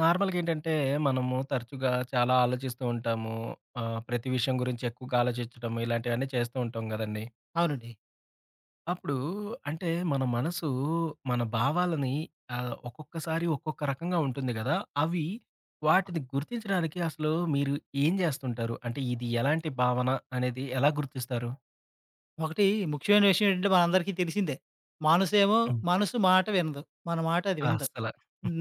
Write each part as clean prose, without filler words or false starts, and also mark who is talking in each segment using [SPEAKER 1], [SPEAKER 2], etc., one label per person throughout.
[SPEAKER 1] నార్మల్‌గా ఏంటంటే, మనము తరచుగా చాలా ఆలోచిస్తూ ఉంటాము. ప్రతి విషయం గురించి ఎక్కువగా ఆలోచించడం ఇలాంటివన్నీ చేస్తూ ఉంటాం గదండీ!
[SPEAKER 2] అవునండి.
[SPEAKER 1] అప్పుడు అంటే మన మనసు మన భావాలని ఒక్కొక్కసారి ఒక్కొక్క రకంగా ఉంటుంది గదా! అవి
[SPEAKER 2] ఆ!
[SPEAKER 1] వాటిని గుర్తించడానికి అసలు మీరు ఏం జేస్తుంటారు? అంటే ఇది ఎలాంటి భావన అనేది ఎలా గుర్తిస్తారు?
[SPEAKER 2] ఒకటి ముఖ్యమైన విషయం ఏంటంటే మనందరికీ తెలిసిందే. మనసేమో
[SPEAKER 1] హ్మ్.
[SPEAKER 2] మనసు మాట వినదు. మన మాట అది వినదు.
[SPEAKER 1] అస్సల.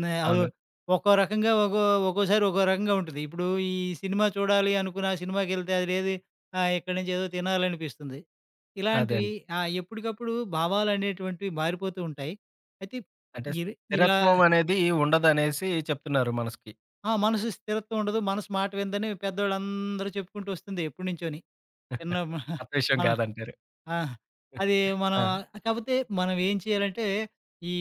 [SPEAKER 2] నే అదో
[SPEAKER 1] అవును.
[SPEAKER 2] ఒక్కో రకంగా ఒక్కో ఒక్కోసారి ఒక్కో రకంగా ఉంటది. ఇప్పుడు ఈ సినిమా చూడాలి అనుకుని, ఆ సినిమాకెళ్తే అది లేదు. ఇక్కడి నుంచి ఏదో తినాలనిపిస్తుంది.
[SPEAKER 1] అదే
[SPEAKER 2] ఇలాంటివి
[SPEAKER 1] అండి.
[SPEAKER 2] ఆ! ఎప్పటికప్పుడు భావాలనేటువంటివి మారిపోతూ ఉంటాయి. అయితే
[SPEAKER 1] అంటే
[SPEAKER 2] ఇది ఇలా
[SPEAKER 1] స్థిరత్వం అనేది ఉండదనేసి చెప్తున్నారు మనసుకి.
[SPEAKER 2] ఆ! మనసు స్థిరత్వం ఉండదు. మనసు మాట వినదని పెద్దోళ్ళందరూ చెప్పుకుంటూ వస్తుంది ఎప్పటినుంచోని. చిన్న
[SPEAKER 1] కొత్త విషయం
[SPEAKER 2] మన
[SPEAKER 1] గాదంటారు.
[SPEAKER 2] ఆ! అది మనం
[SPEAKER 1] ఆ!
[SPEAKER 2] కాపోతే మనం ఏం చేయాలంటే, ఈ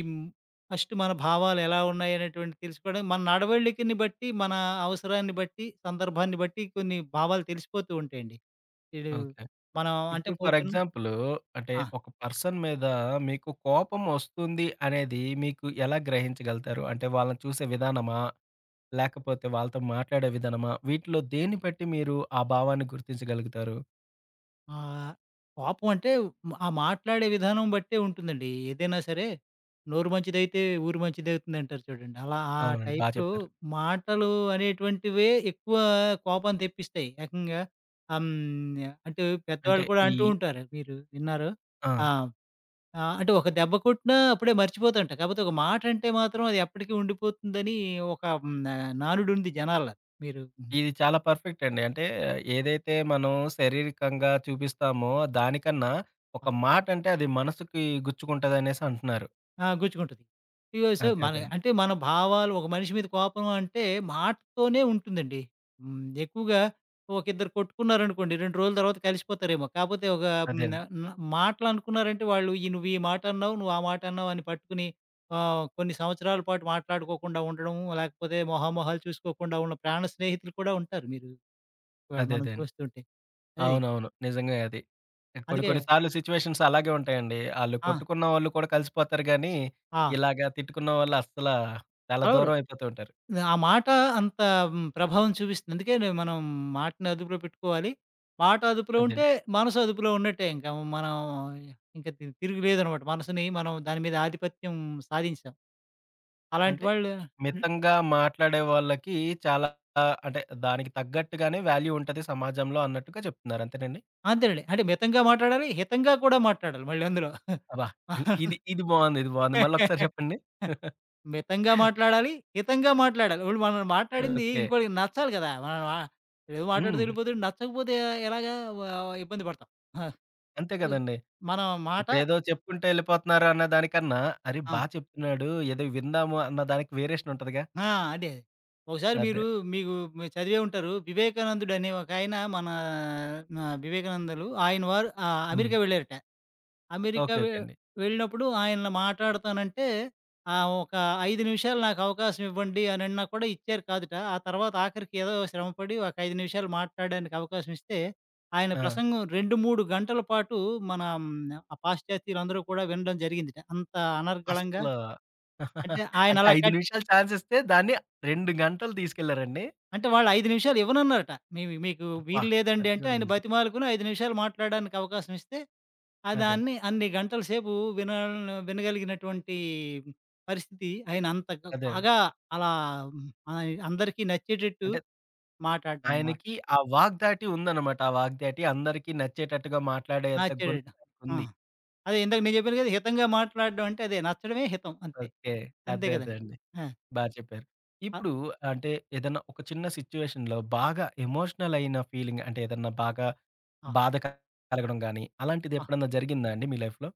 [SPEAKER 2] ఫస్ట్ మన భావాలు ఎలా ఉన్నాయి అనేటువంటిది తెలుసుకోవడం, మన నడవడికని బట్టి, మన అవసరాన్ని బట్టి, సందర్భాన్ని బట్టి కొన్ని భావాలు తెలిసిపోతూ ఉంటాయండి. ఈడు
[SPEAKER 1] ఓకే.
[SPEAKER 2] మనం అంటే
[SPEAKER 1] ఇప్పుడు ఫర్
[SPEAKER 2] పొద్దున్న
[SPEAKER 1] ఎగ్జాంపులు అంటే
[SPEAKER 2] ఆ!
[SPEAKER 1] ఒక పర్సన్ మీద మీకు కోపం వస్తుంది అనేది మీకు ఎలా గ్రహించగలుగుతారు? అంటే వాళ్ళని చూసే విధానమా? లేకపోతే వాళ్ళతో మాట్లాడే విధానమా? వీటిలో దేన్ని బట్టి మీరు ఆ భావాన్ని గుర్తించగలుగుతారు?
[SPEAKER 2] ఆహ్, కోపం అంటే ఆ మాట్లాడే విధానం బట్టే ఉంటుందండి. ఏదైనా సరే నోరు మంచిదైతే ఊరు మంచిదవుతుందంటారు చూడండి. అలా ఆ
[SPEAKER 1] అవునండి. బా
[SPEAKER 2] టైప్‌లో
[SPEAKER 1] చెప్పారు.
[SPEAKER 2] మాటలు అనేటువంటివే ఎక్కువ కోపాన్ని తెప్పిస్తాయి. ఏకంగా ఆహ్, హ్మ్. అంటే
[SPEAKER 1] అంటే
[SPEAKER 2] పెద్దవాళ్ళు కూడా
[SPEAKER 1] ఈ
[SPEAKER 2] అంటూ ఉంటారు. మీరు విన్నారు.
[SPEAKER 1] ఆ!
[SPEAKER 2] ఆ! ఆ! అంటే ఒక దెబ్బ కొట్టినా అప్పుడే మర్చిపోతాంట. కాకపోతే ఒక మాట అంటే మాత్రం అది ఎప్పటికీ ఉండిపోతుందని ఒక హ్మ్. నానుడుంది జనాల్లో. మీరు హ్మ్.
[SPEAKER 1] ఇది చాలా పర్ఫెక్ట్ అండి. అంటే ఏదైతే మనం శారీరకంగా చూపిస్తామో దానికన్నా ఒక మాట అంటే అది మనసుకి గుచ్చుకుంటదనేసి అంటున్నారు.
[SPEAKER 2] ఆ! గుచ్చుకుంటది. ఇగో సో,
[SPEAKER 1] అదే
[SPEAKER 2] మన
[SPEAKER 1] అదే అండి.
[SPEAKER 2] అంటే మన భావాలు ఒక మనిషి మీద కోపం అంటే మాటతోనే ఉంటుందండి. ఎక్కువగా ఒకిద్దరు కొట్టుకున్నారనుకోండి 2 రోజుల తర్వాత కలిసిపోతారేమో. కాపోతే ఒక
[SPEAKER 1] అదే
[SPEAKER 2] హ్మ్, న
[SPEAKER 1] అండి.
[SPEAKER 2] మాటలు అనుకున్నారంటే వాళ్ళు ఈ నువ్వు ఈ మాట అన్నావు, నువ్వు ఆ మాట అన్నావు అని పట్టుకుని కొన్ని సంవత్సరాల పాటు మాట్లాడుకోకుండా ఉండడం, లేకపోతే మొహామొహాలు చూసుకోకుండా ఉన్న ప్రాణ స్నేహితులు కూడా ఉంటారు. ఇవాళ
[SPEAKER 1] అదే
[SPEAKER 2] మనం
[SPEAKER 1] అదే అండి.
[SPEAKER 2] చూస్తుంటే. అది
[SPEAKER 1] అవునవును. నిజంగే అది. కొన్ని
[SPEAKER 2] అందుకే
[SPEAKER 1] కొన్ని సార్లు సిట్యుయేషన్స్ అలాగే ఉంటాయండి. ఆళ్ళు
[SPEAKER 2] ఆ!
[SPEAKER 1] కొట్టుకున్న వాళ్ళు కూడా కలిసిపోతారు గానీ,
[SPEAKER 2] ఆ!
[SPEAKER 1] ఇలాగా తిట్టుకున్న వాళ్ళు అస్సల చాలా
[SPEAKER 2] కలవరు.
[SPEAKER 1] దూరం అయిపోతూ ఉంటారు.
[SPEAKER 2] ఆ మాట అంత ప్రభావం చూపిస్తుంది. అందుకే మనం మాటని అదుపులో పెట్టుకోవాలి. మాట అదుపులో ఉంటే,
[SPEAKER 1] అదండి.
[SPEAKER 2] మనసు అదుపులో ఉన్నట్టే ఇంక. మనం ఇంక తిరుగులేదనమాట. మనసుని మనం దాని మీద ఆధిపత్యం సాధించాం. అలాంటి
[SPEAKER 1] అంటే
[SPEAKER 2] వాళ్ళు హ్మ్.
[SPEAKER 1] మితంగా మాట్లాడే వాళ్ళకి చాలా అంటే దానికి తగ్గట్టుగానే వాల్యూ ఉంటది సమాజంలో అన్నట్టుగా చెప్తున్నారు. అంతేనండి?
[SPEAKER 2] అంతేనండి. అంటే మితంగా మాట్లాడాలి, హితంగా కూడా మాట్లాడాలి మళ్ళీ అందులో.
[SPEAKER 1] అబ్బా! ఇ ఇది ఇది బావుంది. ఇది బావుంది. మళ్ళొకసారి చెప్పండి.
[SPEAKER 2] మితంగా మాట్లాడాలి, హితంగా మాట్లాడాలి. ఇప్పుడు మనం మాట్లాడింది
[SPEAKER 1] ఓకే.
[SPEAKER 2] ఇంకోళ్ళకి నచ్చాలి కదా! మనం ఏదో మాట్లాడుతూ
[SPEAKER 1] హ్మ్.
[SPEAKER 2] వెళ్ళిపోతుంటే నచ్చకపోతే ఎలాగా వ ఇబ్బంది పడతాం. హ్మ్.
[SPEAKER 1] అంతే గదండీ.
[SPEAKER 2] మన మాట
[SPEAKER 1] ఇప్పుడేదో చెప్పుకుంటూ ఎళ్ళిపోతున్నారు అన్న దానికన్నా, అరే! బా
[SPEAKER 2] ఆ!
[SPEAKER 1] చెప్తున్నాడు. ఏదో విందాము అన్న దానికి వేరియేషన్ ఉంటదిగా.
[SPEAKER 2] ఆ! అదే. ఒకసారి
[SPEAKER 1] అదే.
[SPEAKER 2] మీరు మీకు మీరు చదివే ఉంటారు. వివేకానందుడు అనే ఒక ఆయన మన వివేకానందలు ఆయన వారు
[SPEAKER 1] హ్మ్.
[SPEAKER 2] అమెరికా వెళ్లారట. America
[SPEAKER 1] okay. ఓకే అండి.
[SPEAKER 2] వెళ్ళినప్పుడు ఆయన మాట్లాడతానంటే ఒక 5 నిమిషాలు నాకు అవకాశం ఇవ్వండి అని అన్నా కూడా ఇచ్చారు కాదట. ఆ తర్వాత ఆఖరికి ఏదో శ్రమపడి ఒక 5 నిమిషాలు మాట్లాడడానికి అవకాశం ఇస్తే ఆయన
[SPEAKER 1] ఆ!
[SPEAKER 2] ప్రసంగం 2, 3 గంటల పాటు మన మ్, ఆ పాశ్చాత్యులందరూ కూడా వినడం జరిగిందట. అంత అనర్గళంగా
[SPEAKER 1] అస్సల
[SPEAKER 2] అంటే ఆయన
[SPEAKER 1] అంటే
[SPEAKER 2] అలా క
[SPEAKER 1] 5 నిమిషాలు ఛాన్స్ ఇస్తే దాన్ని 2 గంటలు తీసుకెళ్లారండి.
[SPEAKER 2] అంటే వాళ్ళు 5 నిమిషాలు ఇవ్వనన్నారట. "మేము మీకు
[SPEAKER 1] అబ్బా!
[SPEAKER 2] వీలు లేదండి"
[SPEAKER 1] అది
[SPEAKER 2] అంటే
[SPEAKER 1] కూడా
[SPEAKER 2] ఆయన
[SPEAKER 1] నిజం.
[SPEAKER 2] బతిమాలుకుని 5 నిమిషాలు మాట్లాడడానికి అవకాశం ఇస్తే, ఆ
[SPEAKER 1] అదే.
[SPEAKER 2] దాన్ని అన్ని గంటల సేపు వినాల్ వినగలిగినటువంటి పరిస్థితి ఆయన అంత గ
[SPEAKER 1] అదేనండి.
[SPEAKER 2] బాగా అలా అందరికీ నచ్చేటట్టు
[SPEAKER 1] అంటే
[SPEAKER 2] మాటాడడం అనమాట.
[SPEAKER 1] ఆయనకి ఆ వాగ్ధాటి ఉందన్నమాట. ఆ వాగ్ధాటి అందరికీ నచ్చేటట్టుగా మాట్లాడేంత గుణం
[SPEAKER 2] నచ్చేటట్టు. ఆ!
[SPEAKER 1] ఆయనకుంది.
[SPEAKER 2] అదే ఇందాక నేను చెప్పాను కదా! హితంగా మాట్లాడడం అంటే అదే నచ్చడమే హితం అంతే.
[SPEAKER 1] ఓకే.
[SPEAKER 2] అంతే
[SPEAKER 1] అదే. అదే
[SPEAKER 2] కదండీ!
[SPEAKER 1] అండి.
[SPEAKER 2] ఆ!
[SPEAKER 1] బా చెప్పారు.
[SPEAKER 2] అ
[SPEAKER 1] ఇప్పుడు అంటే ఏదన్నా ఒక చిన్న సిట్యుయేషన్‌లో బాగా ఎమోషనల్ అయిన ఫీలింగ్ అంటే ఏదన్నా బాగా
[SPEAKER 2] ఆ!
[SPEAKER 1] బాధ కలగడం గాని అలాంటిది
[SPEAKER 2] ఆ!
[SPEAKER 1] ఎప్పుడన్నా జరిగిందా అండి మీ లైఫ్‌లో?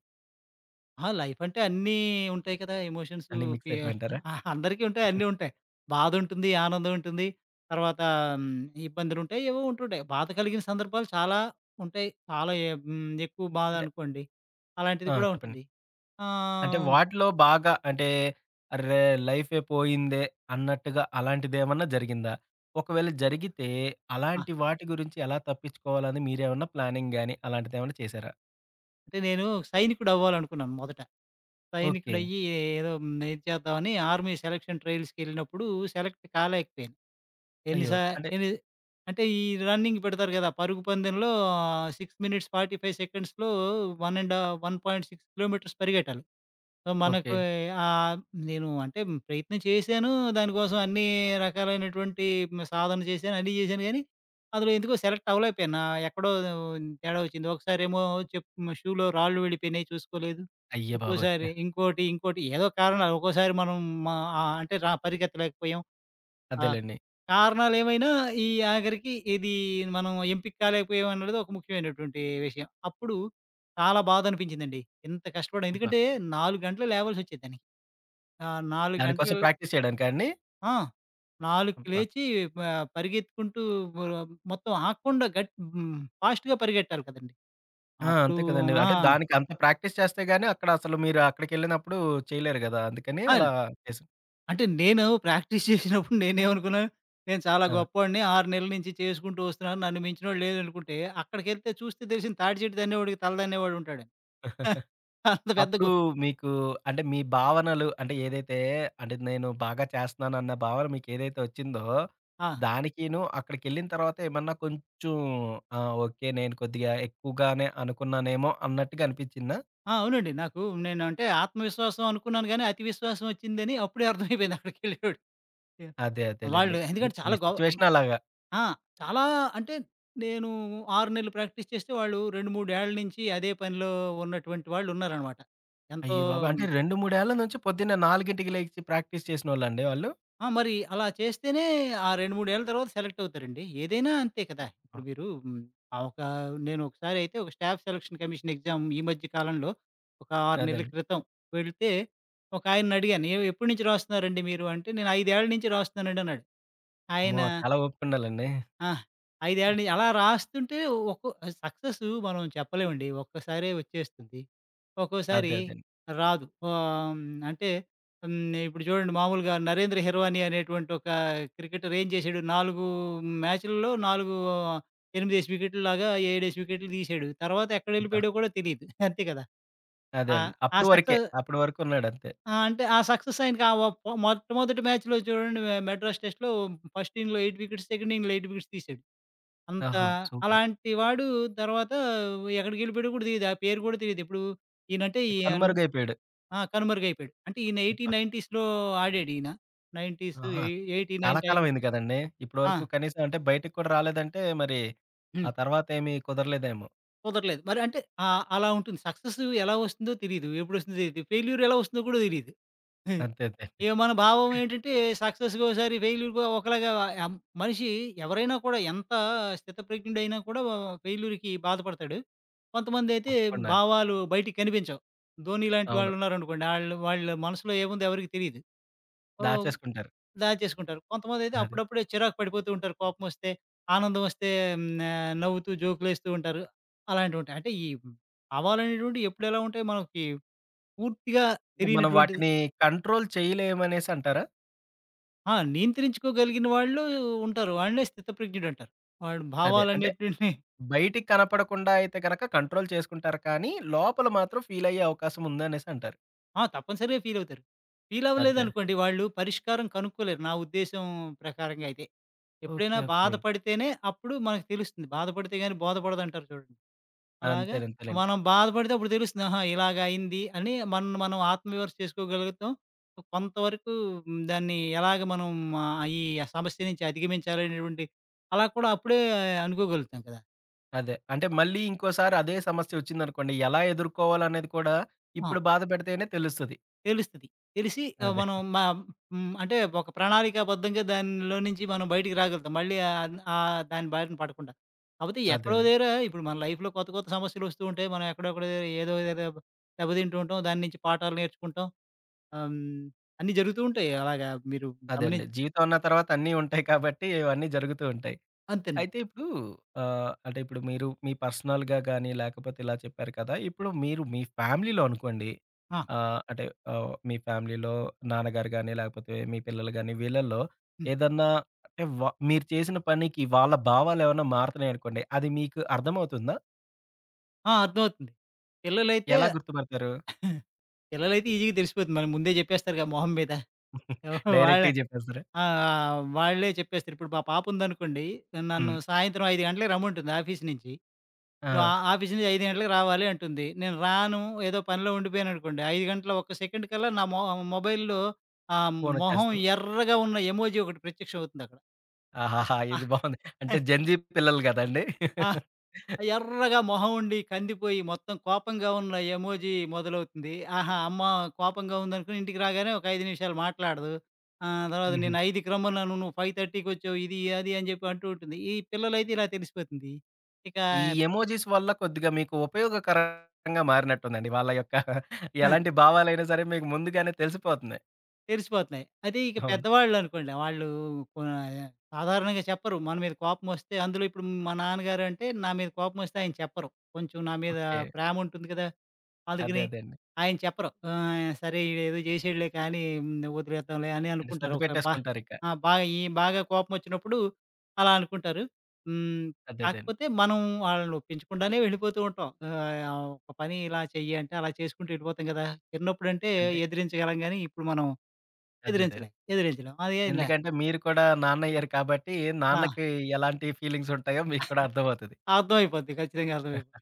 [SPEAKER 2] ఆ! లైఫ్ అంటే అన్నీ ఉంటాయి కదా! ఎమోషన్స్
[SPEAKER 1] అన్నీ మిక్స్
[SPEAKER 2] ఫీ
[SPEAKER 1] అయిపోయింటారా?
[SPEAKER 2] అందరికీ ఉంటాయి. అన్నీ ఉంటాయి. బాధుంటుంది, ఆనందం ఉంటుంది. తర్వాత హ్మ్, ఇబ్బందులుంటాయి. ఏవో ఉంటుంటాయి. బాధ కలిగిన సందర్భాలు చాలా ఉంటాయి. చాలా ఎక్కువ బాధ
[SPEAKER 1] అంటే
[SPEAKER 2] అనుకోండి.
[SPEAKER 1] ఆ!
[SPEAKER 2] అలాంటిది కూడా
[SPEAKER 1] చెప్పండి.
[SPEAKER 2] ఉంటుంది.
[SPEAKER 1] అంటే
[SPEAKER 2] ఆహ్,
[SPEAKER 1] వాటిలో బాగా అంటే అర్రే! లైఫే పోయిందే అన్నట్టుగా అలాంటిదేమన్నా జరిగిందా? ఒకవేళ జరిగితే
[SPEAKER 2] ఆ!
[SPEAKER 1] అలాంటి వాటి గురించి ఎలా తప్పించుకోవాలని మీరేమన్నా ప్లానింగ్ గాని అలాంటిదేమన్నా చేసారా?
[SPEAKER 2] అంటే నేను సైనికుడవ్వాలనుకున్నాను మొదట.
[SPEAKER 1] ఓకే.
[SPEAKER 2] సైనికుడయ్యి ఏదో ఇది చేద్దామని ఆర్మీ సెలక్షన్ ట్రయల్స్‌కెళ్ళినప్పుడు సెలెక్ట్ కాలేకపోయాను. ఎన్ని
[SPEAKER 1] అయ్యో!
[SPEAKER 2] సా
[SPEAKER 1] అంటే
[SPEAKER 2] ఎన్ని అంటే ఈ రన్నింగ్ పెడతారు కదా! పరుగు పందెంలో 6 మినిట్స్ 45 సెకండ్స్‌లో 1 అండ్ 1.6 కిలోమీటర్స్ పరిగెట్టాలి. So,
[SPEAKER 1] okay.
[SPEAKER 2] మనకు ఆహ్, నేను అంటే ప్రయత్నం చేశాను. దానికోసం అన్ని రకాలైనటువంటి సాధన చేశాను. అన్నీ చేశాను గానీ, అందులో ఎందుకో సెలెక్ట్ అవ్వలేకపోయాను. ఎక్కడో తేడా వచ్చింది. ఒకసారేమో చెప్ షూలో రాళ్ళు వెళ్ళిపోయినాయి చూసుకోలేదు.
[SPEAKER 1] అయ్య బాబోయ్!
[SPEAKER 2] ఇంకోసారి ఇంకోటి, ఏదో కారణాలు ఒక్కోసారి మనం మా ఆహ్, అంటే రా పరిగెత్తలేకపోయాం. ఆ!
[SPEAKER 1] అదేలెండి.
[SPEAKER 2] కారణాలేమైనా ఈ ఆఖరికి ఇది మనం ఎంపిక కాలేకపోయాం అన్నది ఒక ముఖ్యమైనటువంటి విషయం. అప్పుడు చాలా బాధనిపించిందండి. ఇంత కష్టపడ్డాం.
[SPEAKER 1] అబ్బా!
[SPEAKER 2] ఎందుకంటే 4 గంటలు లేవాల్సొచ్చేది దానికి. 4 గంటలు
[SPEAKER 1] దానికోసం ప్రాక్టీస్ చేయడానికా అండి?
[SPEAKER 2] ఆ! 4కి
[SPEAKER 1] అబ్బా!
[SPEAKER 2] లేచి ప పరిగెత్తుకుంటూ మొత్తం ఆగకుండా గట్ హ్మ్. ఫాస్ట్‌గా పరిగెట్టాలి కదండీ!
[SPEAKER 1] ఆ!
[SPEAKER 2] అప్పుడు
[SPEAKER 1] అంతే కదండీ.
[SPEAKER 2] ఆ!
[SPEAKER 1] అంటే దానికి అంత ప్రాక్టీస్ చేస్తే గాని అక్కడ అసలు మీరు అక్కడికెళ్ళినప్పుడు చేయలేరు గదా! అందుకని
[SPEAKER 2] ఆ!
[SPEAKER 1] అలా చేసారు.
[SPEAKER 2] అంటే నేను ప్రాక్టీస్ చేసినప్పుడు నేనేమనుకున్నాను, నేను చాలా గొప్పోడిని. 6 నెలల నుంచి చేసుకుంటూ వస్తున్నాను. నన్ను మించినోడు లేడనుకుంటే, అక్కడికెళ్తే చూస్తే తెలిసింది తాటి చెట్టు తన్నేవాడికి తల తన్నేవాడు ఉంటాడని.
[SPEAKER 1] ఆ!
[SPEAKER 2] అంత పెద్ద
[SPEAKER 1] అప్పుడు
[SPEAKER 2] గొ
[SPEAKER 1] మీకు అంటే మీ భావనలు అంటే ఏదైతే అంటే నేను బాగా చేస్తున్నానన్న భావన మీకేదైతే వచ్చిందో,
[SPEAKER 2] ఆ!
[SPEAKER 1] దానికిను అక్కడికెళ్ళిన తర్వాత ఏమన్నా కొంచెం ఆ! ఓకే. నేను కొద్దిగా ఎక్కువగానే అనుకున్నానేమో అన్నట్టుగా అనిపించిందా?
[SPEAKER 2] ఆ! అవునండి. నాకు నేనంటే ఆత్మవిశ్వాసం అనుకున్నాను గానీ, అతి విశ్వాసం వచ్చిందని అప్పుడే అర్థమైపోయింది అక్కడికెళ్ళేవాడికి.
[SPEAKER 1] అదేలెండి.
[SPEAKER 2] వాళ్ళు
[SPEAKER 1] అంటే
[SPEAKER 2] ఎందుకంటే
[SPEAKER 1] కొన్ని
[SPEAKER 2] చాలా గొ
[SPEAKER 1] సిట్యుయేషన్ అలాగా.
[SPEAKER 2] ఆ! చాలా అంటే నేను 6 నెలలు ప్రాక్టీస్ చేస్తే, వాళ్ళు 2, 3 ఏళ్ల నుంచి అదే పనిలో ఉన్నటువంటి వాళ్ళున్నారనమాట. ఎంతో
[SPEAKER 1] అయ్య బాబోయ్! అంటే 2, 3 ఏళ్ల నుంచి పొద్దున్నే 4కి లేగిసి ప్రాక్టీస్ చేసినోళ్ళండి వాళ్ళు?
[SPEAKER 2] ఆ! మరి అలా చేస్తేనే ఆ 2, 3 ఏళ్ల తర్వాత సెలెక్ట్ అవుతారండి. ఏదైనా అంతే కదా!
[SPEAKER 1] ఆ!
[SPEAKER 2] ఇప్పుడు మీరు హ్మ్, ఆ ఒక నేను ఒకసారయితే ఒక స్టాఫ్ సెలక్షన్ కమిషన్ ఎగ్జామ్ ఈ మధ్య కాలంలో ఒక 6 నెలల
[SPEAKER 1] అదండి.
[SPEAKER 2] క్రితం వెళితే ఒకాయన్నడిగాను. "ఏ ఎప్పటి నుంచి రాస్తున్నారండి మీరు?" అంటే, "నేను 5 ఏళ్ల నుంచి రాస్తున్నానండి" అన్నాడు. ఆయన
[SPEAKER 1] అమ్మో! చాలా ఓపికుండాలండి.
[SPEAKER 2] ఆ! 5 ఏళ్ల అలా రాస్తుంటే ఒక్కో సక్సెస్ మనం చెప్పలేమండి. ఒక్కసారే వచ్చేస్తుంది. ఒక్కోసారి
[SPEAKER 1] అదే అదేండి.
[SPEAKER 2] రాదు. ఆహ్, హ్మ్, అంటే హ్మ్, ఇప్పుడు చూడండి మామూలుగా 'నరేంద్ర హిర్వాణి' అనేటువంటి ఒక క్రికెటర్ ఏం చేశాడు 4 మ్యాచ్‌లలో 4 8 వికెట్ల లాగా 7 వికెట్లు తీశాడు. తర్వాత
[SPEAKER 1] అబ్బా!
[SPEAKER 2] ఎక్కడెళ్ళిపోయాడో కూడా తెలీదు. అంతే కదా!
[SPEAKER 1] అదే
[SPEAKER 2] ఆ!
[SPEAKER 1] అండి.
[SPEAKER 2] ఆ
[SPEAKER 1] అప్పుడు వరకే.
[SPEAKER 2] సక్సెస్
[SPEAKER 1] అప్పటి వరకు ఉన్నాడంతే.
[SPEAKER 2] ఆ! అంటే ఆ సక్సెస్ ఆయనకి ఆ ఒ మొట్టమొదటి మ్యాచ్‌లో చూడండి మెడ్రాస్ టెస్ట్‌లో ఫస్ట్ ఇన్నింగ్స్‌లో 8 వికెట్స్, సెకండ్ ఇన్నింగ్స్‌లో 8 వికెట్స్ తీశాడు. అంత
[SPEAKER 1] ఆహా! సూపర్.
[SPEAKER 2] అలాంటి వాడు తర్వాత ఎక్కడికెళ్ళిపోయాడో కూడా తెలీదు. ఆ పేరు కూడా తెలీదు. ఇప్పుడు ఈయనంటే ఈయన్
[SPEAKER 1] కనుమరుగైపోయాడు.
[SPEAKER 2] ఆ! కనుమరుగైపోయాడు. అంటే ఈయన 80, 90స్‌లో ఆడాడు ఈయన. 90స్
[SPEAKER 1] ఆహా!
[SPEAKER 2] ఎయి 89
[SPEAKER 1] చాలా
[SPEAKER 2] టైం
[SPEAKER 1] కాలమైంది కదండీ!
[SPEAKER 2] ఆ!
[SPEAKER 1] ఇప్పటివరకు కనీసం అంటే బయటికి కూడా రాలేదంటే మరి ఆ
[SPEAKER 2] హ్మ్.
[SPEAKER 1] తర్వాత ఏమి కుదరలేదేమో.
[SPEAKER 2] కుదరలేదు. మరి అంటే అలా ఉంటుంది. సక్సెస్ ఎలా వస్తుందో తెలీదు. ఎప్పుడొస్తుందో తెలీదు. ఫెయిల్యూర్ ఎలా వస్తుందో కూడా తెలీదు.
[SPEAKER 1] అంతే అంతే.
[SPEAKER 2] ఇగ మన భావం ఏంటంటే సక్సెస్‌గా ఓసారి, ఫెయిల్యూర్‌గా ఒకలాగా ఆహ్, మనిషి ఎవరైనా కూడా ఎంత స్థితప్రజ్ఞుడైనా కూడా ఫెయిల్యూర్‌కి బాధపడతాడు. కొంతమందైతే
[SPEAKER 1] తప్పకుండా అండి.
[SPEAKER 2] భావాలు బయటికి కనిపించవు. ధోని లాంటి
[SPEAKER 1] అవును.
[SPEAKER 2] వాళ్ళున్నారనుకోండి, ఆళ్ళు వాళ్ళ మనసులో ఏముందో ఎవరికీ తెలీదు. సో,
[SPEAKER 1] దాచేసుకుంటారు.
[SPEAKER 2] దాచేసుకుంటారు. కొంతమందైతే
[SPEAKER 1] అదే.
[SPEAKER 2] అప్పుడప్పుడే చిరాకు పడిపోతూ ఉంటారు. కోపమొస్తే, ఆనందమొస్తే నవ్వుతూ జోకులేస్తూ ఉంటారు. అలాంటివుంటాయి. అంటే ఈ భావాలనేటువంటివి ఎప్పుడెలా ఉంటాయో మనకి పూర్తిగా
[SPEAKER 1] అంటే మనం
[SPEAKER 2] తెలియనటువంటిది.
[SPEAKER 1] వాటిని కంట్రోల్ చేయలేమనేసి అంటారా?
[SPEAKER 2] ఆ! నియంత్రించుకోగలిగిన వాళ్ళు ఉంటారు. వాళ్ళనే స్థితప్రజ్ఞుడు అంటారు. వాడు
[SPEAKER 1] అదే. అంటే
[SPEAKER 2] భావాలనేటువంటివి
[SPEAKER 1] బయటికి కనపడకుండా అయితే గనక కంట్రోల్ చేసుకుంటారు కానీ, లోపల మాత్రం ఫీలయ్యే అవకాశం ఉందనేసి అంటారు.
[SPEAKER 2] ఆ! తప్పనిసరిగా ఫీలవుతారు.
[SPEAKER 1] అదే.
[SPEAKER 2] ఫీలవ్వలేదనుకోండి వాళ్ళు పరిష్కారం కనుక్కోలేరు నా ఉద్దేశం ప్రకారంగా అయితే. ఎప్పుడైనా
[SPEAKER 1] ఓకే. ఓకే.
[SPEAKER 2] బాధపడితేనే అప్పుడు మనకు తెలుస్తుంది. బాధపడితే గాని బోధపడదంటారు చూడండి. అలాగా
[SPEAKER 1] అంతేలే అంతేలేండి.
[SPEAKER 2] మనం బాధపడితే అప్పుడు తెలుస్తుంది. ఆహా! ఇలాగ అయింది అని మనల్ని మనం ఆత్మవిమర్శ చేసుకోగలుగుతాం. కొంతవరకు దాన్ని ఎలాగ మనం ఈ సమస్య నుంచి అధిగమించాలనేటువంటి అలా కూడా అప్పుడే అనుకోగలుగుతాం కదా!
[SPEAKER 1] అదే. అంటే మళ్ళీ ఇంకోసారి అదే సమస్య వచ్చిందనుకోండి ఎలా ఎదుర్కోవాలనేది కూడా
[SPEAKER 2] ఆ!
[SPEAKER 1] ఇప్పుడు బాధ పెడితేనే తెలుస్తది.
[SPEAKER 2] తెలుస్తది. తెలిసి
[SPEAKER 1] అదే.
[SPEAKER 2] మనం మ హ్మ్. అంటే ఒక ప్రణాళికాబద్ధంగా దానిలో నుంచి మనం బయటికి రాగలుగుతాం. మళ్ళీ ఆహ్, ఆహ్, దాని బారిన పడకుండా. కాపోతే
[SPEAKER 1] అదే.
[SPEAKER 2] ఎక్కడో దగ్గర ఇప్పుడు మన లైఫ్‌లో కొత్త కొత్త సమస్యలు వస్తూ ఉంటాయి. మనం ఎక్కడెక్కడో ఏదో ఏదో దెబ్బతింటూ ఉంటాం. దాని నుంచి పాఠాలు నేర్చుకుంటాం. ఆహ్, హ్మ్. అన్నీ జరుగుతూ ఉంటాయి. అలాగా మీరు
[SPEAKER 1] అదే అండి.
[SPEAKER 2] గమనించి
[SPEAKER 1] జీవితం అన్న తర్వాత అన్నీ ఉంటాయి కాబట్టి, ఇవన్నీ జరుగుతూ ఉంటాయి.
[SPEAKER 2] అంతేనండి.
[SPEAKER 1] అయితే ఇప్పుడు అంటే ఇప్పుడు మీరు మీ పర్సనల్‌గా గాని, లేకపోతే ఇలా చెప్పారు కదా! ఇప్పుడు మీరు మీ ఫ్యామిలీలో అనుకోండి
[SPEAKER 2] ఆ!
[SPEAKER 1] అంటే మీ ఫ్యామిలీలో నాన్నగారు గాని, లేకపోతే మీ పిల్లలు గాని వీళ్ళల్లో
[SPEAKER 2] హ్మ్.
[SPEAKER 1] ఏదన్నా అంటే మీరు చేసిన పనికి వాళ్ళ భావాలేమన్నా మారుతున్నాయనుకోండి, అది మీకు అర్థమవుతుందా?
[SPEAKER 2] ఆ! అర్థమవుతుంది. పిల్లలైతే
[SPEAKER 1] ఎలా గుర్తుపడతారు?
[SPEAKER 2] పిల్లలైతే ఈజీగా తెలిసిపోతుంది. మనం ముందే చెప్పేస్తారుగా మొహం మీద. వాళ్ళ
[SPEAKER 1] డైరెక్ట్‌గా చెప్పేస్తారా?
[SPEAKER 2] ఆ! వాళ్ళే చెప్పేస్తారు. ఇప్పుడు మా పాప ఉందనుకోండి, నన్ను
[SPEAKER 1] హ్మ్.
[SPEAKER 2] సాయంత్రం 5 గంటలకి రమ్మంటుంది ఆఫీస్ నుంచి.
[SPEAKER 1] ఆ!
[SPEAKER 2] నువ్వు ఆ ఆఫీస్ నుంచి 5 గంటలకి రావాలి అంటుంది. నేను రాను, ఏదో పనిలో ఉండిపోయాననుకోండి, 5 గంటల ఒక్క సెకండ్ కల్లా నా మొబైల్‌లో ఆ మొహం
[SPEAKER 1] ఫోనొచ్చేస్తుంది.
[SPEAKER 2] ఎర్రగా ఉన్న ఎమోజీ ఒకటి ప్రత్యక్షం అవుతుందక్కడ.
[SPEAKER 1] ఆహాహా!
[SPEAKER 2] ఆ!
[SPEAKER 1] ఇది బావుంది. అంటే జెన్‌జీ పిల్లలు గదండీ!
[SPEAKER 2] ఆ! ఎర్రగా మొహం ఉండి కందిపోయి మొత్తం కోపంగా ఉన్న ఎమోజీ మొదలవుతుంది. ఆహా! అమ్మ కోపంగా ఉందనుకుని ఇంటికి రాగానే ఒక 5 నిమిషాలు మాట్లాడదు. తర్వాత
[SPEAKER 1] హుహు.
[SPEAKER 2] నేను 5కి రమ్మన్నాను నువ్వు 5:30కి వచ్చావు. ఇది, అది అని చెప్పి అంటూ ఉంటుంది. ఈ పిల్లలైతే ఇలా తెలిసిపోతుంది. ఇక
[SPEAKER 1] ఈ ఎమోజిస్ వల్ల కొద్దిగా మీకు ఉపయోగకరంగా మారినట్టుందండి. వాళ్ళ యొక్క
[SPEAKER 2] ఆ!
[SPEAKER 1] ఎలాంటి భావాలైనా సరే మీకు ముందుగానే తెలిసిపోతున్నాయి.
[SPEAKER 2] తెలిసిపోతున్నాయి. అదే ఇక
[SPEAKER 1] అవును.
[SPEAKER 2] పెద్దవాళ్ళనుకోండి వాళ్ళు కొ సాధారణంగా చెప్పరు. మన మీద కోపమొస్తే అందులో ఇప్పుడు మా నాన్నగారంటే నా మీద కోపమొస్తే ఆయన చెప్పరు. కొంచెం నా మీద
[SPEAKER 1] ఓకే.
[SPEAKER 2] ప్రేమ ఉంటుంది కదా!
[SPEAKER 1] అదే
[SPEAKER 2] అందుకని
[SPEAKER 1] అదే అండి.
[SPEAKER 2] ఆయన చెప్పరు. సరే ఈడేదో చేసాడులే కానీ వదిలేద్దాంలే అని
[SPEAKER 1] అంటే
[SPEAKER 2] అనుకుంటారు.
[SPEAKER 1] సర్ది
[SPEAKER 2] ఒక బా
[SPEAKER 1] పెట్టేసుకుంటారిక.
[SPEAKER 2] ఆ! బాగా బాగా కోపమొచ్చినప్పుడు అలా అనుకుంటారు. హ్మ్.
[SPEAKER 1] అదే అదే అండి.
[SPEAKER 2] కాకపోతే మనం వాళ్ళని ఒప్పించకుండానే వెళ్ళిపోతూ ఉంటాం. ఒక పని ఇలా చెయ్యి అంటే అలా చేసుకుంటూ వెళ్ళిపోతాం కదా! చిన్నప్పుడంటే
[SPEAKER 1] అంటే
[SPEAKER 2] ఎదిరించగలం గానీ ఇప్పుడు మనం
[SPEAKER 1] అదే అదే.
[SPEAKER 2] ఎదిరించలేం. ఎదిరించలేం. అది ఇలా
[SPEAKER 1] ఎందుకంటే మీరు కూడా నాన్న అయ్యారు కాబట్టి
[SPEAKER 2] ఆ!
[SPEAKER 1] నాన్నకి ఎలాంటి ఫీలింగ్స్ ఉంటాయో మీకు కూడా అర్థమవుతది.
[SPEAKER 2] అర్థమైపోద్ది. ఖచ్చితంగా అర్థమైపోద్ది.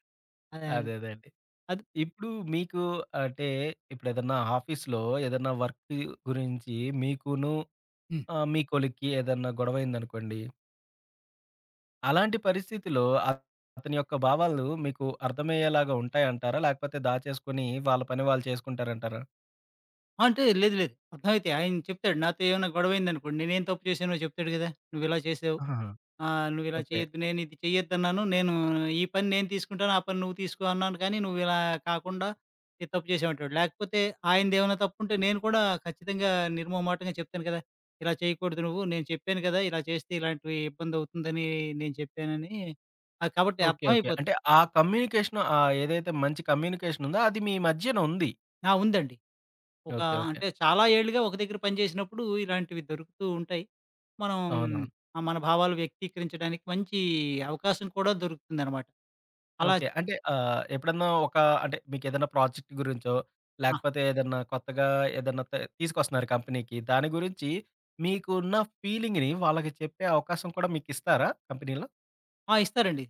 [SPEAKER 2] అదే
[SPEAKER 1] అదే అదే అండి.
[SPEAKER 2] అది
[SPEAKER 1] ఇప్పుడు మీకు అంటే ఇప్పుడేదన్నా ఆఫీస్‌లో ఏదన్నా వర్క్ గురించి మీకును
[SPEAKER 2] హ్మ్.
[SPEAKER 1] మీ కొలీగ్‌కి ఏదన్నా గొడవయిందనుకోండి అలాంటి పరిస్థితిలో అతని యొక్క భావాలు మీకు అర్థమయ్యేలాగా ఉంటాయంటారా? లేకపోతే దాచేసుకొని వాళ్ళ పని వాళ్ళు చేసుకుంటారంటారా?
[SPEAKER 2] అంటే లేదు లేదు. అర్థమైతే ఆయన చెప్తాడు. నాతో ఏమైనా గొడవయిందనుకోండి నేనేం తప్పు చేశానో చెప్తాడు గదా! నువ్విలా చేసావు.
[SPEAKER 1] ఆహాహా!
[SPEAKER 2] ఆ! "నువ్విలా
[SPEAKER 1] ఓకే.
[SPEAKER 2] చేయొద్దు. నేనిది చెయ్యొద్దన్నాను. ఈ పని నేను తీసుకుంటాను. ఆ పని నువ్వు తీసుకో అన్నాను కానీ, నువ్విలా కాకుండా ఇది తప్పు చేశావంటాడు." లేకపోతే ఆయనదేమైనా తప్పుంటే నేను కూడా ఖచ్చితంగా నిర్మోహమాటంగా చెప్తాను కదా! "ఇలా చేయకూడదు నువ్వు. నేను చెప్పాను కదా! ఇలా చేస్తే ఇలాంటివి ఇబ్బందవుతుందని నేను చెప్పానని." కాబట్టి
[SPEAKER 1] ఓకే. ఓకే.
[SPEAKER 2] అర్థమైపోతుంది.
[SPEAKER 1] అంటే ఆ కమ్యూనికేషన్ ఏదైతే మంచి కమ్యూనికేషన్ ఉందో అది మీ మధ్యన ఉంది.
[SPEAKER 2] ఆ! ఉందండి. ఒక
[SPEAKER 1] ఓకే. ఓకే.
[SPEAKER 2] అంటే చాలా ఏళ్లుగా ఒక దగ్గర పనిచేసినప్పుడు ఇలాంటివి దొరుకుతూ ఉంటాయి. మనం
[SPEAKER 1] అవునవును.
[SPEAKER 2] మన భావాలు వ్యక్తీకరించడానికి మంచి అవకాశం కూడా దొరుకుతుందనమాట. అలా
[SPEAKER 1] ఓకే. అంటే ఎప్పుడన్నా ఒక అంటే మీకేదైనా ప్రాజెక్ట్ గురించో,
[SPEAKER 2] ఆ!
[SPEAKER 1] లేకపోతే ఏదన్నా కొత్తగా ఏదన్నా తీసుకొస్తున్నారు కంపెనీకి. దాని గురించి మీకున్న ఫీలింగ్‌ని వాళ్ళకి చెప్పే అవకాశం కూడా మీకిస్తారా కంపెనీలో?
[SPEAKER 2] ఆ! ఇస్తారండి.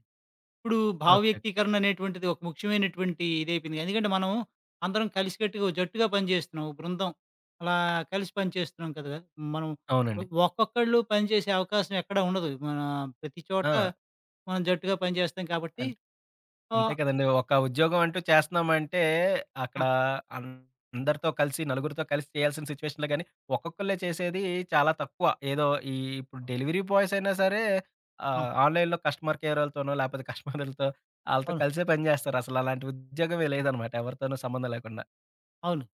[SPEAKER 2] ఇప్పుడు
[SPEAKER 1] ఓకే.
[SPEAKER 2] భావ
[SPEAKER 1] ఓకే.
[SPEAKER 2] వ్యక్తీకరణ అనేటువంటిది ఒక ముఖ్యమైనటువంటి ఇదైపోయింది. ఎందుకంటే మనం అందరం కలిసికట్టుగా ఓ జట్టుగా పనిచేస్తున్నాం. ఓ బృందం అలా కలిసి పనిచేస్తున్నాం కదా! మనం
[SPEAKER 1] అవునండి.
[SPEAKER 2] ఒక్కొక్కళ్ళు పనిచేసే అవకాశం ఎక్కడ ఉండదు. మన ప్రతి చోట
[SPEAKER 1] ఆ!
[SPEAKER 2] మనం జట్టుగా పనిచేస్తాం కాబట్టి
[SPEAKER 1] అంతే
[SPEAKER 2] ఆహ్,
[SPEAKER 1] కదండీ. ఒక ఉద్యోగం అంటూ చేస్తున్నామంటే, అక్కడ
[SPEAKER 2] ఆ!
[SPEAKER 1] అన్ అందరితో కలిసి, నలుగురితో కలిసి చేయాల్సిన సిట్యుయేషన్‌లో గాని, ఒక్కొక్కళ్ళే చేసేది చాలా తక్కువ. ఏదో ఈ ఇప్పుడు డెలివరీ బాయ్స్ అయినా సరే,
[SPEAKER 2] ఆ!
[SPEAKER 1] ఆన్‌లైన్‌లో కస్టమర్ కేరోళ్ళతోనో, లేపోతే కస్టమర్లతో ఆళ్ళతో
[SPEAKER 2] అవును.
[SPEAKER 1] కలిసే పని జేస్తారు. అసలు అలాంటి ఉద్యోగమే లేదనమాట. ఎవరితోనూ సంబంధం లేకుండా.
[SPEAKER 2] అవును.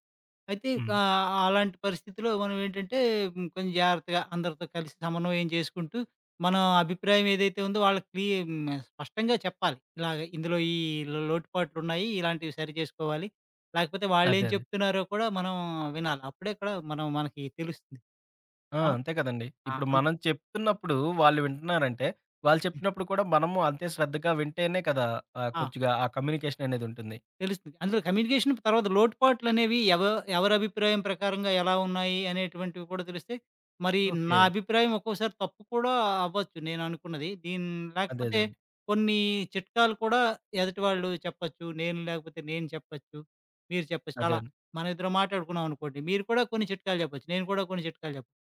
[SPEAKER 2] అయితే
[SPEAKER 1] హ్మ్.
[SPEAKER 2] అలాంటి పరిస్థితిలో మనం ఏంటంటే కొంచెం జాగ్రత్తగా అందరితో కలిసి సమన్వయం చేసుకుంటూ, మన అభిప్రాయం ఏదైతే ఉందో వాళ్ళకి స్పష్టంగా చెప్పాలి. ఇలాగ ఇందులో ఈ లో లోటుపాట్లున్నాయి. ఇలాంటివి సరిచేసుకోవాలి. లేకపోతే వాళ్ళేం
[SPEAKER 1] అదే.
[SPEAKER 2] చెప్తున్నారో కూడా మనం వినాలి. అప్పుడే ఇక్కడ మనం మనకి తెలుస్తుంది.
[SPEAKER 1] ఆ!
[SPEAKER 2] మనం
[SPEAKER 1] అంతే కదండీ.
[SPEAKER 2] ఆ!
[SPEAKER 1] ఇప్పుడు
[SPEAKER 2] అన్
[SPEAKER 1] మనం చెప్తున్నప్పుడు వాళ్ళు వింటున్నారంటే, వాళ్ళు
[SPEAKER 2] హ్మ్.
[SPEAKER 1] చెప్పినప్పుడు కూడా మనము అంతే శ్రద్ధగా వింటేనే కదా!
[SPEAKER 2] ఆ!
[SPEAKER 1] కొద్దిగా ఆ కమ్యూనికేషన్ అనేదుంటుంది.
[SPEAKER 2] తెలుస్తుంది. అందులో కమ్యూనికేషన్ తర్వాత లోటుపాట్లనేవి ఎవరి అభిప్రాయం ప్రకారంగా ఎలా ఉన్నాయి అనేటువంటివి కూడా తెలుస్తాయి. మరి
[SPEAKER 1] ఓకే.
[SPEAKER 2] నా అభిప్రాయం ఒక్కోసారి తప్పు కూడా అవ్వచ్చు నేననుకున్నది.
[SPEAKER 1] అదే.
[SPEAKER 2] లేకపోతే
[SPEAKER 1] అదే.
[SPEAKER 2] కొన్ని చిట్కాలు కూడా ఎదుటి వాళ్ళు చెప్పొచ్చు. నేను లేకపోతే నేను చెప్పొచ్చు. మీరు చెప్పొచ్చు.
[SPEAKER 1] అదే.
[SPEAKER 2] అలా
[SPEAKER 1] అండి.
[SPEAKER 2] మనం ఇద్దరం మాట్లాడుకున్నాం అనుకోండి. మీరు కూడా కొన్ని చిట్కాలు చెప్పొచ్చు. నేను కూడా కొన్ని చిట్కాలు చెప్పొచ్చు.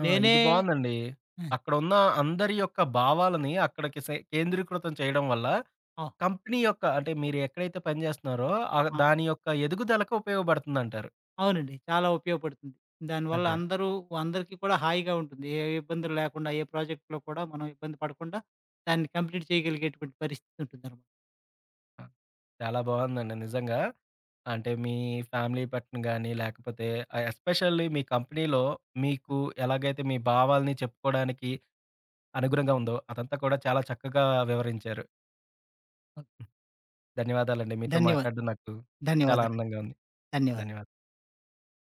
[SPEAKER 1] ఆ!
[SPEAKER 2] నేనే
[SPEAKER 1] ఇది బావుందండి.
[SPEAKER 2] ఆ!
[SPEAKER 1] అక్కడున్న అందరి యొక్క భావాలని అక్కడికి సే కేంద్రీకృతం చేయడం వల్ల
[SPEAKER 2] ఆ!
[SPEAKER 1] కంపెనీ యొక్క అంటే మీరు ఎక్కడైతే పని చేస్తున్నారో
[SPEAKER 2] ఆ!
[SPEAKER 1] దాని యొక్క ఎదుగుదలకు ఉపయోగపడుతుందంటారు.
[SPEAKER 2] అవునండి. చాలా ఉపయోగపడుతుంది. దానివల్ల
[SPEAKER 1] అదే.
[SPEAKER 2] అందరూ అందరికీ కూడా హాయిగా ఉంటుంది. ఏ ఇబ్బందులు లేకుండా, ఏ ప్రాజెక్ట్‌లో కూడా మనం ఇబ్బంది పడకుండా దాన్ని కంప్లీట్ చేయగలిగేటువంటి పరిస్థితి ఉంటుందనమాట.
[SPEAKER 1] ఆ! చాలా బావుందండి నిజంగా. అంటే మీ ఫ్యామిలీ పట్ల గాని లేకపోతే ఎస్పెషల్లీ మీ కంపెనీలో
[SPEAKER 2] ఆ!
[SPEAKER 1] మీకు ఎలాగైతే మీ భావాల్ని చెప్పుకోవడానికి అనుగుణంగా ఉందో అదంతా కూడా చాలా చక్కగా వివరించారు.
[SPEAKER 2] ఓకే.
[SPEAKER 1] ధన్యవాదాలండి. మీతో
[SPEAKER 2] ధన్యవాదాలు.
[SPEAKER 1] మాట్లాడడం నాకు చాలా
[SPEAKER 2] ధన్యవాదాలండి.
[SPEAKER 1] ఆనందంగా ఉంది.
[SPEAKER 2] ధన్యవాదాలు.
[SPEAKER 1] ధన్యవాదాలు.